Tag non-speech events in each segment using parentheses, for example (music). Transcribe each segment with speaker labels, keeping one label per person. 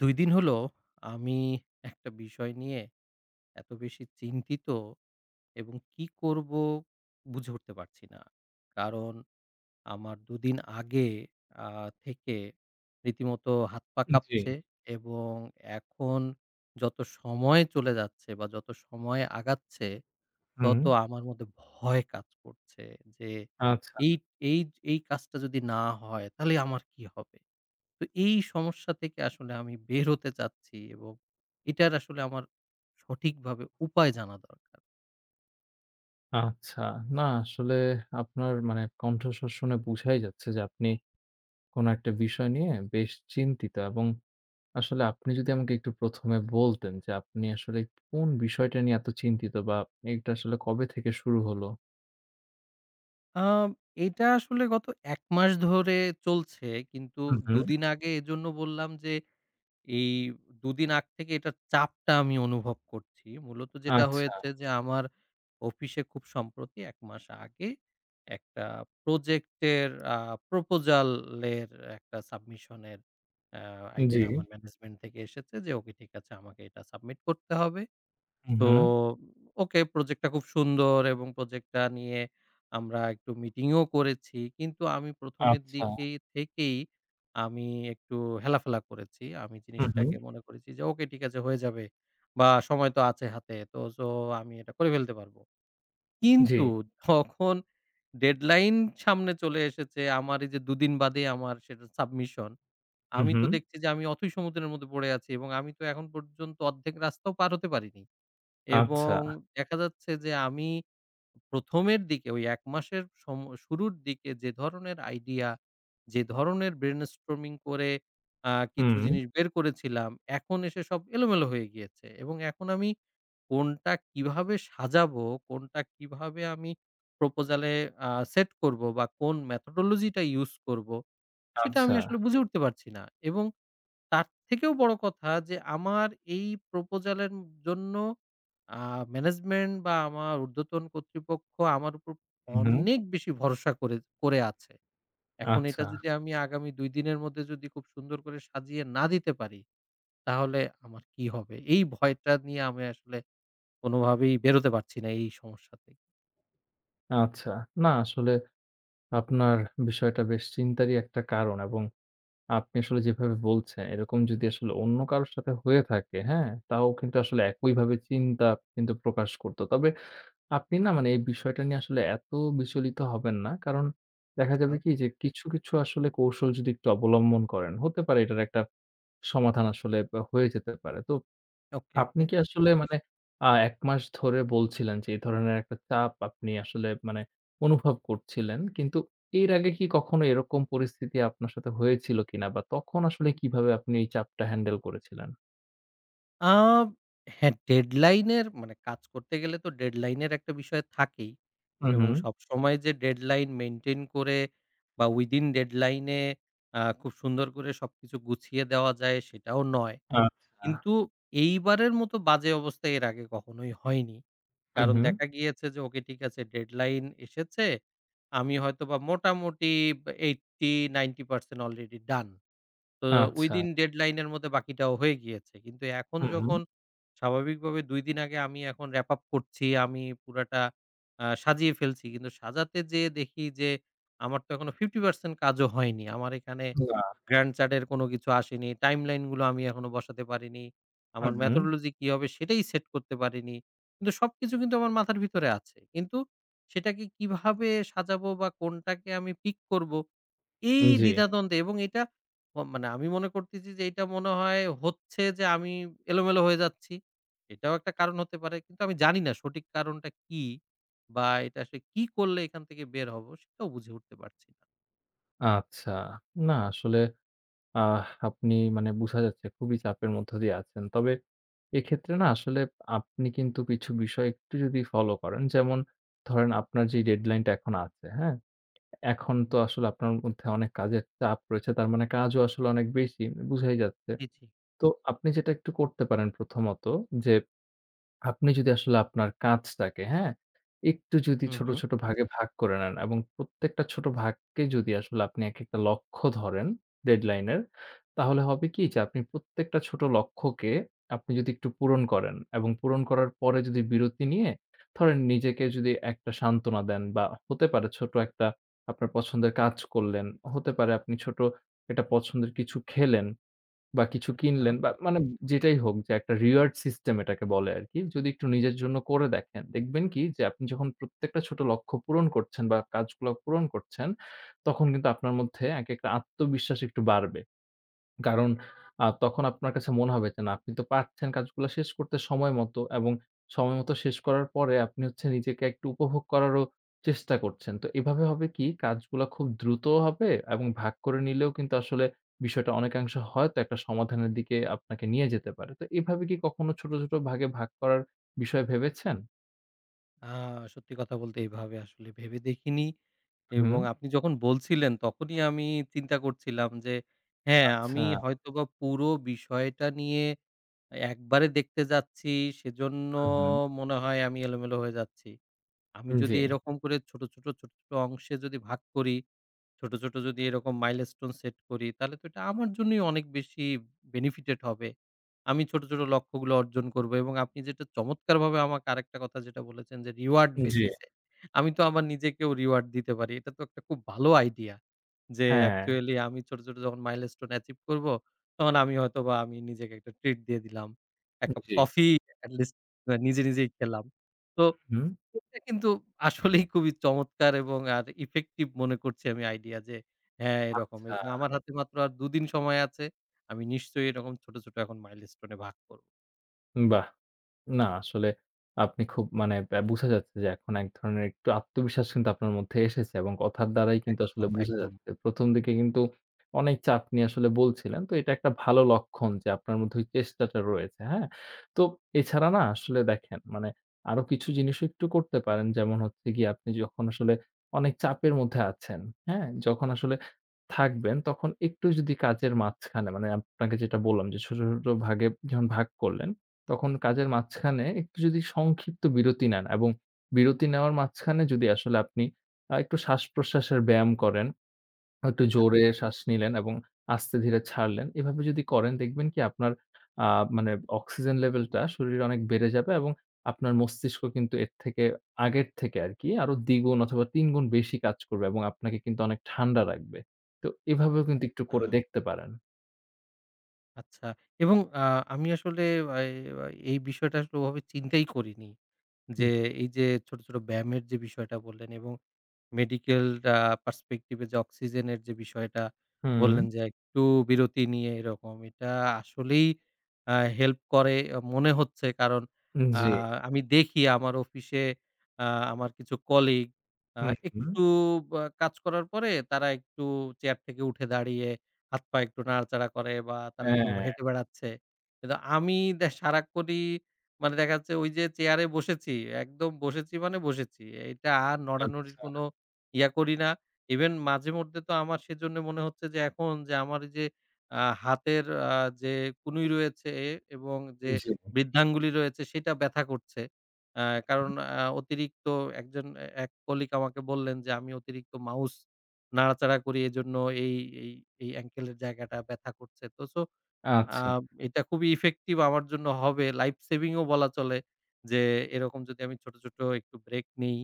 Speaker 1: ২ দিন হলো আমি একটা বিষয় নিয়ে এত বেশি চিন্তিত এবং কি করব বুঝে উঠতে পারছি না। কারণ আমার ২ দিন আগে আ থেকে রীতিমতো হাত পা
Speaker 2: জি।
Speaker 1: কাঁপছে। এবং এখন যত সময় চলে যাচ্ছে বা যত সময় আগাচ্ছে
Speaker 2: হুম।
Speaker 1: তত আমার মধ্যে ভয় কাজ করছে যে
Speaker 2: আচ্ছা,
Speaker 1: এই এই এই কাজটা যদি না হয় তাহলে আমার কি হবে? তো এই সমস্যা থেকে আসলে আমি বের হতে চাচ্ছি এবং এটার আসলে আমার সঠিকভাবে উপায় জানা দরকার।
Speaker 2: আচ্ছা। না আসলে আপনার মানে কণ্ঠস্বর শুনে বুঝাই যাচ্ছে যে আপনি কোন একটা বিষয় নিয়ে বেশ চিন্তিত এবং আসলে আপনি যদি আমাকে একটু ১ম এ বলতেন যে আপনি আসলে কোন বিষয়টা নিয়ে এত চিন্তিত বা এটা আসলে কবে থেকে শুরু হলো?
Speaker 1: আম এটা আসলে গত ১ মাস ধরে চলছে। কিন্তু
Speaker 2: হুম, হুম।
Speaker 1: দুদিন আগে এজন্য বললাম যে এই ২ দিন আগ থেকে এটার চাপটা আমি অনুভব করছি। মূলত যেটা
Speaker 2: আচ্ছা।
Speaker 1: হয়েছে যে আমার অফিসে খুব সম্প্রতি ১ মাস আগে একটা প্রজেক্টের প্রপোজাল এর একটা সাবমিশন এর আ
Speaker 2: জি।
Speaker 1: আইডিয়া আমার ম্যানেজমেন্ট থেকে এসেছে যে, "ওকে, ঠিক আছে, আমাকে এটা সাবমিট করতে হবে।"
Speaker 2: হুম,
Speaker 1: তো
Speaker 2: হুম।
Speaker 1: ওকে, প্রজেক্টটা খুব সুন্দর এবং প্রজেক্টটা নিয়ে আমরা একটু মিটিংও করেছি। কিন্তু আমি ১ম এর
Speaker 2: আচ্ছা।
Speaker 1: দিকে থেকেই আমি একটু হেলাফেলা করেছি। আমি
Speaker 2: হুম, হুম।
Speaker 1: জিনিসটাকে মনে করেছি যে ওকে, ঠিক আছে, হয়ে যাবে বা সময় তো আছে হাতে। তো আমি এটা করে ফেলতে পারব।
Speaker 2: জি।
Speaker 1: কিন্তু যখন ডেডলাইন সামনে চলে এসেছে, আমার এই যে দুদিন বাদে আমার সেটা সাবমিশন।
Speaker 2: হুম,
Speaker 1: আমি তো
Speaker 2: হুম।
Speaker 1: দেখছি যে আমি অথৈ সমুদ্রের মধ্যে পড়ে আছি এবং আমি তো এখন পর্যন্ত অর্ধেক রাস্তাও পার হতে পারিনি।
Speaker 2: আচ্ছা।
Speaker 1: এবং দেখা যাচ্ছে যে আমি ১ম এর দিকে ওই ১ মাসের শুরুর দিকে যে ধরনের আইডিয়া, যে ধরনের brainstorming করে কিছু
Speaker 2: হুম।
Speaker 1: জিনিস বের করেছিলাম, এখন এসে সব এলোমেলো হয়ে গিয়েছে এবং এখন আমি কোনটা কিভাবে সাজাবো, কোনটা কিভাবে আমি proposal এ সেট করব বা কোন methodology টা ইউস করব, সেটা আমি
Speaker 2: আচ্ছা।
Speaker 1: আসলে বুঝে উঠতে পারছি না। এবং তার থেকেও বড় কথা যে আমার এই প্রপোজালের জন্য আ ম্যানেজমেন্ট বা আমার ঊর্ধ্বতন কর্তৃপক্ষ আমার উপর
Speaker 2: হুম, হুম।
Speaker 1: অনেক বেশি ভরসা করে করে আছে। এখন এটা
Speaker 2: আচ্ছা,
Speaker 1: যদি আমি আগামী ২ দিনের মধ্যে যদি খুব সুন্দর করে সাজিয়ে না দিতে পারি, তাহলে আমার কি হবে? এই ভয়টা নিয়ে আমি আসলে কোনোভাবেই বেরোতে পারছি না এই সমস্যা থেকে।
Speaker 2: আচ্ছা। না আসলে আপনার বিষয়টা বেশ চিন্তারই একটা কারণ এবং আপনি আসলে যেভাবে বলছেন এরকম যদি আসলে অন্য কারো সাথে হয়ে থাকে, হ্যাঁ? তাও কিন্তু আসলে একইভাবে চিন্তা কিন্তু প্রকাশ করত। তবে আপনি না মানে এই বিষয়টা নিয়ে আসলে এত বিচলিত হবেন না। কারণ দেখা
Speaker 1: আচ্ছা।
Speaker 2: যাবে কি যে কিছু, কিছু আসলে কৌশল যদি একটু অবলম্বন করেন, হতে পারে এটার একটা সমাধান আসলে বা হয়ে যেতে পারে। তো
Speaker 1: ওকে,
Speaker 2: আপনি
Speaker 1: ওকে।
Speaker 2: কি আসলে মানে ১ মাস ধরে বলছিলেন যে, এই ধরনের একটা চাপ আপনি আসলে মানে অনুভব করছিলেন। কিন্তু এর আগে কি কখনো এরকম পরিস্থিতি আপনার সাথে হয়েছিল কিনা? বা তখন আসলে কিভাবে আপনি এই চাপটা হ্যান্ডেল করেছিলেন?
Speaker 1: আ হ্যাঁ, ডেডলাইন এর মানে কাজ করতে গেলে তো ডেডলাইন এর একটা বিষয় থাকেই।
Speaker 2: হু, হু।
Speaker 1: এবং সবসময় যে ডেডলাইন মেইনটেইন করে বা উইদিন ডেডলাইন এ খুব সুন্দর করে সবকিছু গুছিয়ে দেওয়া যায় সেটাও নয়।
Speaker 2: আচ্ছা।
Speaker 1: কিন্তু এইবারের মতো বাজে অবস্থা এর আগে কখনোই হয়নি।
Speaker 2: হু,
Speaker 1: কারণ
Speaker 2: হু।
Speaker 1: দেখা গিয়েছে যে ওকে, ঠিক আছে, ডেডলাইন এসেছে। আমি হয়তোবা মোটামুটি 80-90% অলরেডি ডান। তো
Speaker 2: আচ্ছা।
Speaker 1: উইদিন ডেডলাইন এর মধ্যে বাকিটাও হয়ে গিয়েছে। কিন্তু এখন
Speaker 2: হু, হু।
Speaker 1: যখন স্বাভাবিকভাবে ২ দিন আগে আমি এখন র‍্যাপ আপ করছি, আমি পুরাটা সাজিয়ে ফেলছি। কিন্তু সাজাতে যেয়ে দেখি যে আমার তো এখনো 50% কাজও হয়নি। আমার এখানে
Speaker 2: না।
Speaker 1: গ্র্যান্ড চার্টের কোনো কিছু আসেনি। টাইমলাইন গুলো আমি এখনো বসাতে পারিনি।
Speaker 2: হু,
Speaker 1: আমার
Speaker 2: হু।
Speaker 1: methodology কি হবে সেটাই সেট করতে পারিনি। কিন্তু সবকিছু কিন্তু আমার মাথার ভিতরে আছে। কিন্তু সেটাকে কিভাবে সাজাবো বা কোনটাকে আমি পিক করব, এই
Speaker 2: জি।
Speaker 1: দ্বিধাদ্বন্দ্বে এবং এটা মানে আমি মনে করতেছি যে এটা মনে হয় হচ্ছে যে আমি এলোমেলো হয়ে যাচ্ছি। এটাও একটা কারণ হতে পারে। কিন্তু আমি জানি না সঠিক কারণটা কি বা এটা আসলে কি করলে এখান থেকে বের হব সেটাও বুঝে উঠতে পারছি না।
Speaker 2: আচ্ছা। না আসলে আপনি মানে বুঝা যাচ্ছে খুবই চাপের মধ্য দিয়ে আছেন। তবে এক্ষেত্রে না আসলে আপনি কিন্তু কিছু বিষয় একটু যদি ফলো করেন, যেমন ধরেন আপনার যে ডেডলাইন টা এখন আছে, হ্যাঁ? এখন তো আসলে আপনার মধ্যে অনেক কাজের চাপ রয়েছে। তার মানে কাজও আসলে অনেক বেশি, বুঝাই যাচ্ছে।
Speaker 1: জি, জি।
Speaker 2: তো আপনি যেটা একটু করতে পারেন প্রথমত যে আপনি যদি আসলে আপনার কাজটাকে, হ্যাঁ? একটু যদি
Speaker 1: হুম,
Speaker 2: ছোট,
Speaker 1: হুম।
Speaker 2: ছোট ভাগে ভাগ করে নেন এবং প্রত্যেকটা ছোট ভাগকে যদি আসলে আপনি একেকটা লক্ষ্য ধরেন ডেডলাইন এর, তাহলে হবে কি যে আপনি প্রত্যেকটা ছোট লক্ষ্যকে আপনি যদি একটু পূরণ করেন এবং পূরণ করার পরে যদি বিরতি নিয়ে ধরেন নিজেকে যদি একটা সান্ত্বনা দেন বা হতে পারে ছোট একটা আপনার পছন্দের কাজ করলেন, হতে পারে আপনি ছোট একটা পছন্দের কিছু খেলেন। বা কিছু
Speaker 1: হ্যাঁ।
Speaker 2: কিনলেন বা মানে যেটাই হোক যে একটা রিওয়ার্ড সিস্টেম এটাকে বলে আরকি। যদি একটু নিজের জন্য করে দেখেন, দেখবেন কি যে আপনি যখন প্রত্যেকটা ছোট লক্ষ্য পূরণ করছেন বা কাজগুলা পূরণ করছেন, তখন কিন্তু আপনার মধ্যে এক একটা আত্মবিশ্বাস একটু বাড়বে। কারণ তখন আপনার কাছে মনে হবে যে না আপনি তো পারছেন কাজগুলা শেষ করতে সময় মতো এবং সময় মতো শেষ করার পরে আপনি হচ্ছে নিজেকে একটু উপভোগ করারও চেষ্টা করছেন। তো এভাবে হবে কি কাজগুলা খুব দ্রুতও হবে এবং ভাগ করে নিলেও কিন্তু আসলে বিষয়টা অনেকাংশ হয়তো একটা সমাধানের দিকে আপনাকে নিয়ে যেতে পারে। তো এভাবে কি কখনো ছোট, ছোট ভাগে ভাগ করার বিষয় ভেবেছেন?
Speaker 1: আ সত্যি কথা বলতে এভাবে আসলে ভেবে দেখিনি।
Speaker 2: হুম,
Speaker 1: এবং আপনি যখন বলছিলেন তখনই আমি চিন্তা করছিলাম যে, হ্যাঁ,
Speaker 2: আচ্ছা।
Speaker 1: আমি হয়তোবা পুরো বিষয়টা নিয়ে একবারে দেখতে যাচ্ছি, সেজন্য
Speaker 2: হু, হুম।
Speaker 1: মনে হয় আমি এলোমেলো হয়ে যাচ্ছি। আমি যদি
Speaker 2: জি,
Speaker 1: এরকম করে ছোট, ছোট অংশে যদি ভাগ করি, ছোট, ছোট যদি এরকম মাইলস্টোন সেট করি তাহলে তো এটা আমার জন্যই অনেক বেশি বেনিফিটেড হবে। আমি ছোট, ছোট লক্ষ্যগুলো অর্জন করব এবং আপনি যেটা চমৎকারভাবে আমাকে আরেকটা কথা যেটা বলেছেন যে রিওয়ার্ড
Speaker 2: জি।
Speaker 1: বেসিস এ আমি তো আমার নিজেকেও রিওয়ার্ড দিতে পারি। এটা তো একটা খুব ভালো আইডিয়া। যে
Speaker 2: হ্যাঁ,
Speaker 1: অ্যাকচুয়ালি আমি ছোট, ছোট যখন মাইলস্টোন অ্যাচিভ করব তখন আমি হয়তোবা নিজেকে একটা ট্রিট দিয়ে দিলাম। ১ কাপ
Speaker 2: জি।
Speaker 1: কফি এটলিস্ট নিজে, নিজেই খেলাম। তো
Speaker 2: হুম।
Speaker 1: এটা কিন্তু আসলেই খুবই চমৎকার এবং আর ইফেক্টিভ মনে করছি আমি আইডিয়া যে হ্যাঁ, এরকম,
Speaker 2: আচ্ছা,
Speaker 1: এবং আমার হাতে মাত্র আর ২ দিন সময় আছে। আমি নিশ্চয়ই এরকম ছোট, ছোট এখন মাইলস্টোন এ ভাগ করব।
Speaker 2: বাহ! না, আসলে আপনি খুব মানে বুঝা যাচ্ছে যে এখন এক ধরনের একটু আত্মবিশ্বাস কিন্তু আপনার মধ্যে এসেছে এবং কথার দ্বারাই কিন্তু আসলে
Speaker 1: একদম,
Speaker 2: বুঝা
Speaker 1: একদম।
Speaker 2: যাচ্ছে। ১ম দিকে কিন্তু অনেক চাপ নিয়ে আসলে বলছিলেন। তো এটা একটা ভালো লক্ষণ যে আপনার মধ্যে ওই চেষ্টাটা রয়েছে, হ্যাঁ? তো এছাড়া না আসলে দেখেন মানে আরো কিছু জিনিসও একটু করতে পারেন। যেমন হচ্ছে গিয়ে আপনি যখন আসলে অনেক চাপের মধ্যে আছেন, হ্যাঁ? যখন আসলে থাকবেন তখন একটু যদি কাজের মাঝখানে মানে আপনাকে যেটা বললাম যে ছোট, ছোট ভাগে যখন ভাগ করলেন তখন কাজের মাঝখানে একটু যদি সংক্ষিপ্ত বিরতি নেন এবং বিরতি নেওয়ার মাঝখানে যদি আসলে আপনি একটু শ্বাস-প্রশ্বাসের ব্যায়াম করেন, একটু জোরে
Speaker 1: আচ্ছা,
Speaker 2: শ্বাস নিলেন এবং আস্তে ধীরে ছাড়লেন। এভাবে যদি করেন দেখবেন কি আপনার আ মানে অক্সিজেন লেভেলটা শরীরে অনেক বেড়ে যাবে এবং আপনার মস্তিষ্ক কিন্তু এর থেকে আগের থেকে আরকি আরো দ্বিগুণ অথবা ৩ গুণ বেশি কাজ করবে এবং আপনাকে কিন্তু অনেক ঠান্ডা রাখবে। তো এভাবেও কিন্তু একটু করে
Speaker 1: আচ্ছা,
Speaker 2: দেখতে পারেন।
Speaker 1: আচ্ছা। এবং আমি আসলে এই এই বিষয়টা আসলে ওভাবে চিন্তাই করিনি। যে এই যে ছোট, ছোট ব্যায়ামের যে বিষয়টা বললেন এবং মেডিকেল আ পার্সপেক্টিভ এ যে অক্সিজেনের যে বিষয়টা
Speaker 2: হুম,
Speaker 1: বললেন যে একটু বিরতি নিয়ে এরকম। এটা আসলেই আ হেল্প করে মনে হচ্ছে। কারণ আ
Speaker 2: জি।
Speaker 1: আমি দেখি আমার অফিসে আ আমার কিছু কলিগ আ
Speaker 2: হুম, হুম।
Speaker 1: একটু বা কাজ করার পরে তারা একটু চেয়ার থেকে উঠে দাঁড়িয়ে হাত-পা একটু নাড়াচাড়া করে বা তারা একটু
Speaker 2: হ্যাঁ,
Speaker 1: হেঁটে বেড়াচ্ছে। কিন্তু আমি সারাক্ষণই মানে দেখা যাচ্ছে ওই যে চেয়ারে বসেছি, একদম বসেছি মানে বসেছি। এটা আর
Speaker 2: আ
Speaker 1: নড়ানড়ির কোনো ইয়া করি না। ইভেন মাঝেমধ্যে তো আমার সেজন্য মনে হচ্ছে যে এখন যে আমার এই যে হাতের আ যে কনুই রয়েছে এবং যে
Speaker 2: জি।
Speaker 1: বৃদ্ধাঙ্গুলি রয়েছে সেটা ব্যথা করছে। আ কারণ অতিরিক্ত একজন এ এক কলিগ আমাকে বললেন যে আমি অতিরিক্ত মাউস নাড়াচাড়া করি, এজন্য এই, এই, এই অ্যাঙ্কেলের জায়গাটা ব্যথা করছে। তো আ
Speaker 2: আচ্ছা।
Speaker 1: এটা খুবই ইফেক্টিভ আমার জন্য হবে। লাইফ সেভিং ও বলা চলে যে এরকম যদি আমি ছোট, ছোট একটু ব্রেক নেই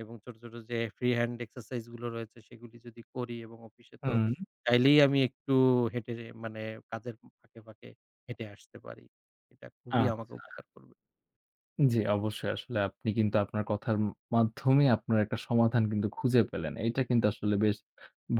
Speaker 1: এবং ছোট, ছোট যে ফ্রি হ্যান্ড এক্সারসাইজ গুলো রয়েছে সেগুলি যদি করি এবং অফিসে তো
Speaker 2: হুম।
Speaker 1: চাইলেই আমি একটু হেঁটে মানে কাজের ফাঁকে, ফাঁকে হেঁটে আসতে পারি। এটা খুবই
Speaker 2: আ
Speaker 1: আমাকে উপকার করবে।
Speaker 2: জি, অবশ্যই আসলে আপনি কিন্তু আপনার কথার মাধ্যমে আপনার একটা সমাধান কিন্তু খুঁজে পেলেন। এইটা কিন্তু আসলে বেশ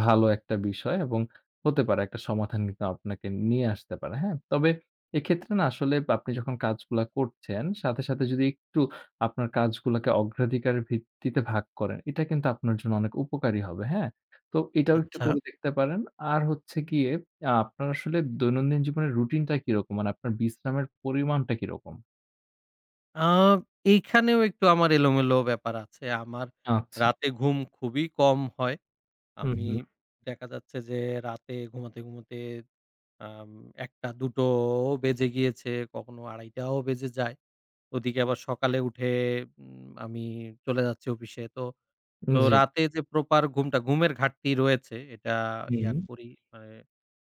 Speaker 2: ভালো একটা বিষয় এবং হতে পারে একটা সমাধান কিন্তু আপনাকে নিয়ে আসতে পারে, হ্যাঁ? তবে এক্ষেত্রে না আসলে আপনি যখন কাজগুলা করছেন সাথে, সাথে যদি একটু আপনার কাজগুলাকে অগ্রাধিকারের ভিত্তিতে ভাগ করেন, এটা কিন্তু আপনার জন্য অনেক উপকারী হবে, হ্যাঁ? তো এটাও একটু
Speaker 1: আচ্ছা,
Speaker 2: করে দেখতে পারেন। আর হচ্ছে গিয়ে আপনার আসলে দৈনন্দিন জীবনের রুটিনটা কিরকম? মানে আপনার বিশ্রামের পরিমাণটা কিরকম?
Speaker 1: আ এইখানেও একটু আমার এলোমেলো ব্যাপার আছে। আমার
Speaker 2: আচ্ছা।
Speaker 1: রাতে ঘুম খুবই কম হয়।
Speaker 2: হুম,
Speaker 1: আমি
Speaker 2: হুম।
Speaker 1: দেখা যাচ্ছে যে রাতে ঘুমাতে, ঘুমাতে আম ১টা ২টো বেজে গিয়েছে, কখনো ২:৩০টাও বেজে যায়। ওদিকে আবার সকালে উঠে আমি চলে যাচ্ছি অফিসে। তো
Speaker 2: জি।
Speaker 1: রাতে যে প্রপার ঘুমের ঘাটতি রয়েছে এটা ইয়া
Speaker 2: হুম।
Speaker 1: করি মানে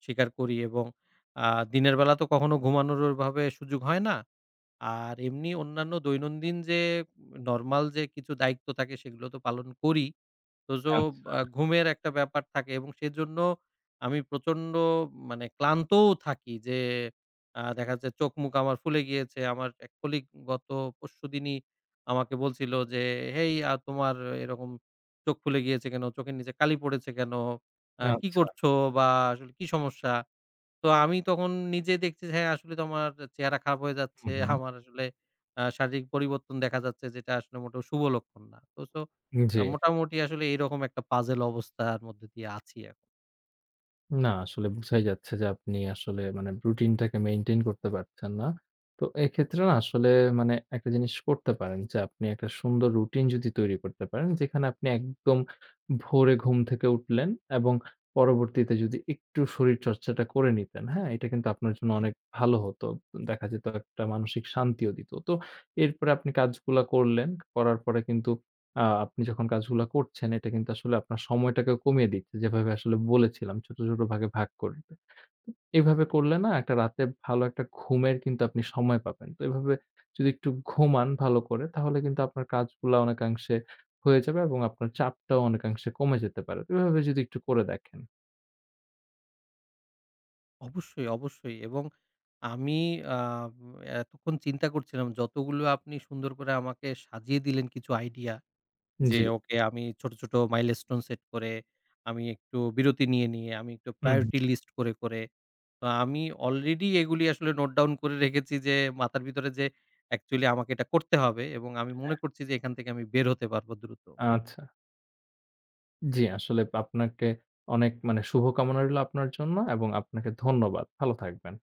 Speaker 1: স্বীকার করি এবং আ দিনের বেলা তো কখনো ঘুমানোর ওইভাবে সুযোগ হয় না। আর এমনি অন্যান্য দৈনন্দিন যে নরমাল যে কিছু দায়িত্ব থাকে সেগুলো তো পালন করি। তো
Speaker 2: আচ্ছা,
Speaker 1: ঘুমের একটা ব্যাপার থাকে এবং সেজন্য আমি প্রচন্ড মানে ক্লান্তও থাকি যে দেখা যাচ্ছে চোখ-মুখ আমার ফুলে গিয়েছে। আমার এক কলিগ গত পরশুদিনই আমাকে বলছিল যে, "হেই, তোমার এরকম চোখ ফুলে গিয়েছে কেন? চোখের নিচে কালি পড়েছে কেন? কি
Speaker 2: আচ্ছা।
Speaker 1: করছো বা আসলে কি সমস্যা?" তো আমি তখন নিজে দেখছি যে হ্যাঁ, আসলে তো আমার চেহারা খারাপ হয়ে যাচ্ছে।
Speaker 2: হুম, হুম।
Speaker 1: (laughs) আমার আসলে শারীরিক পরিবর্তন দেখা যাচ্ছে যেটা আসলে মোটেও শুভ লক্ষণ না। তো
Speaker 2: জি।
Speaker 1: মোটামুটি আসলে এইরকম একটা পাজল অবস্থার মধ্যে দিয়ে আছি এখন।
Speaker 2: না আসলে বুঝাই যাচ্ছে যে আপনি আসলে মানে রুটিনটাকে মেইনটেইন করতে পারছেন না। তো এক্ষেত্রে না আসলে মানে একটা জিনিস করতে পারেন যে আপনি একটা সুন্দর রুটিন যদি তৈরি করতে পারেন যেখানে আপনি একদম ভোরে ঘুম থেকে উঠলেন এবং পরবর্তীতে যদি একটু শরীরচর্চাটা করে নিতেন, হ্যাঁ? এটা কিন্তু আপনার জন্য
Speaker 1: এ
Speaker 2: অনেক ভালো হতো। দেখা যেত একটা মানসিক শান্তিও দিত। তো এরপরে আপনি কাজগুলা করলেন। করার পরে কিন্তু আপনি যখন কাজগুলা করছেন এটা কিন্তু আসলে আপনার সময়টাকেও কমিয়ে দিচ্ছে। যেভাবে আসলে বলেছিলাম ছোট, ছোট ভাগে ভাগ করতে। এভাবে করলে না একটা রাতে ভালো একটা ঘুমের কিন্তু আপনি সময় পাবেন। তো এভাবে যদি একটু ঘুমান ভালো করে তাহলে কিন্তু আপনার কাজগুলা অনেকাংশে হয়ে যাবে এবং আপনার চাপটাও অনেকাংশে কমে যেতে পারে। তো এভাবে যদি একটু করে দেখেন।
Speaker 1: অবশ্যই, অবশ্যই। এবং আমি আ এতক্ষণ চিন্তা করছিলাম, যতগুলো আপনি সুন্দর করে আমাকে সাজিয়ে দিলেন কিছু আইডিয়া যে
Speaker 2: জি।
Speaker 1: ওকে, আমি ছোট, ছোট মাইলস্টোন সেট করে, আমি একটু বিরতি নিয়ে, নিয়ে, আমি একটু
Speaker 2: হুম, হুম।
Speaker 1: প্রায়োরিটি লিস্ট করে, করে, তো আমি অলরেডি এগুলি আসলে নোট ডাউন করে রেখেছি যে মাথার ভিতরে যে অ্যাকচুয়ালি আমাকে এটা করতে হবে, এবং আমি মনে করছি যে এখান থেকে আমি বের হতে পারবো দ্রুত।
Speaker 2: আচ্ছা। জি, আসলে আপনাকে অনেক মানে শুভকামনা রইলো আপনার জন্য এবং আপনাকে ধন্যবাদ। ভালো থাকবেন।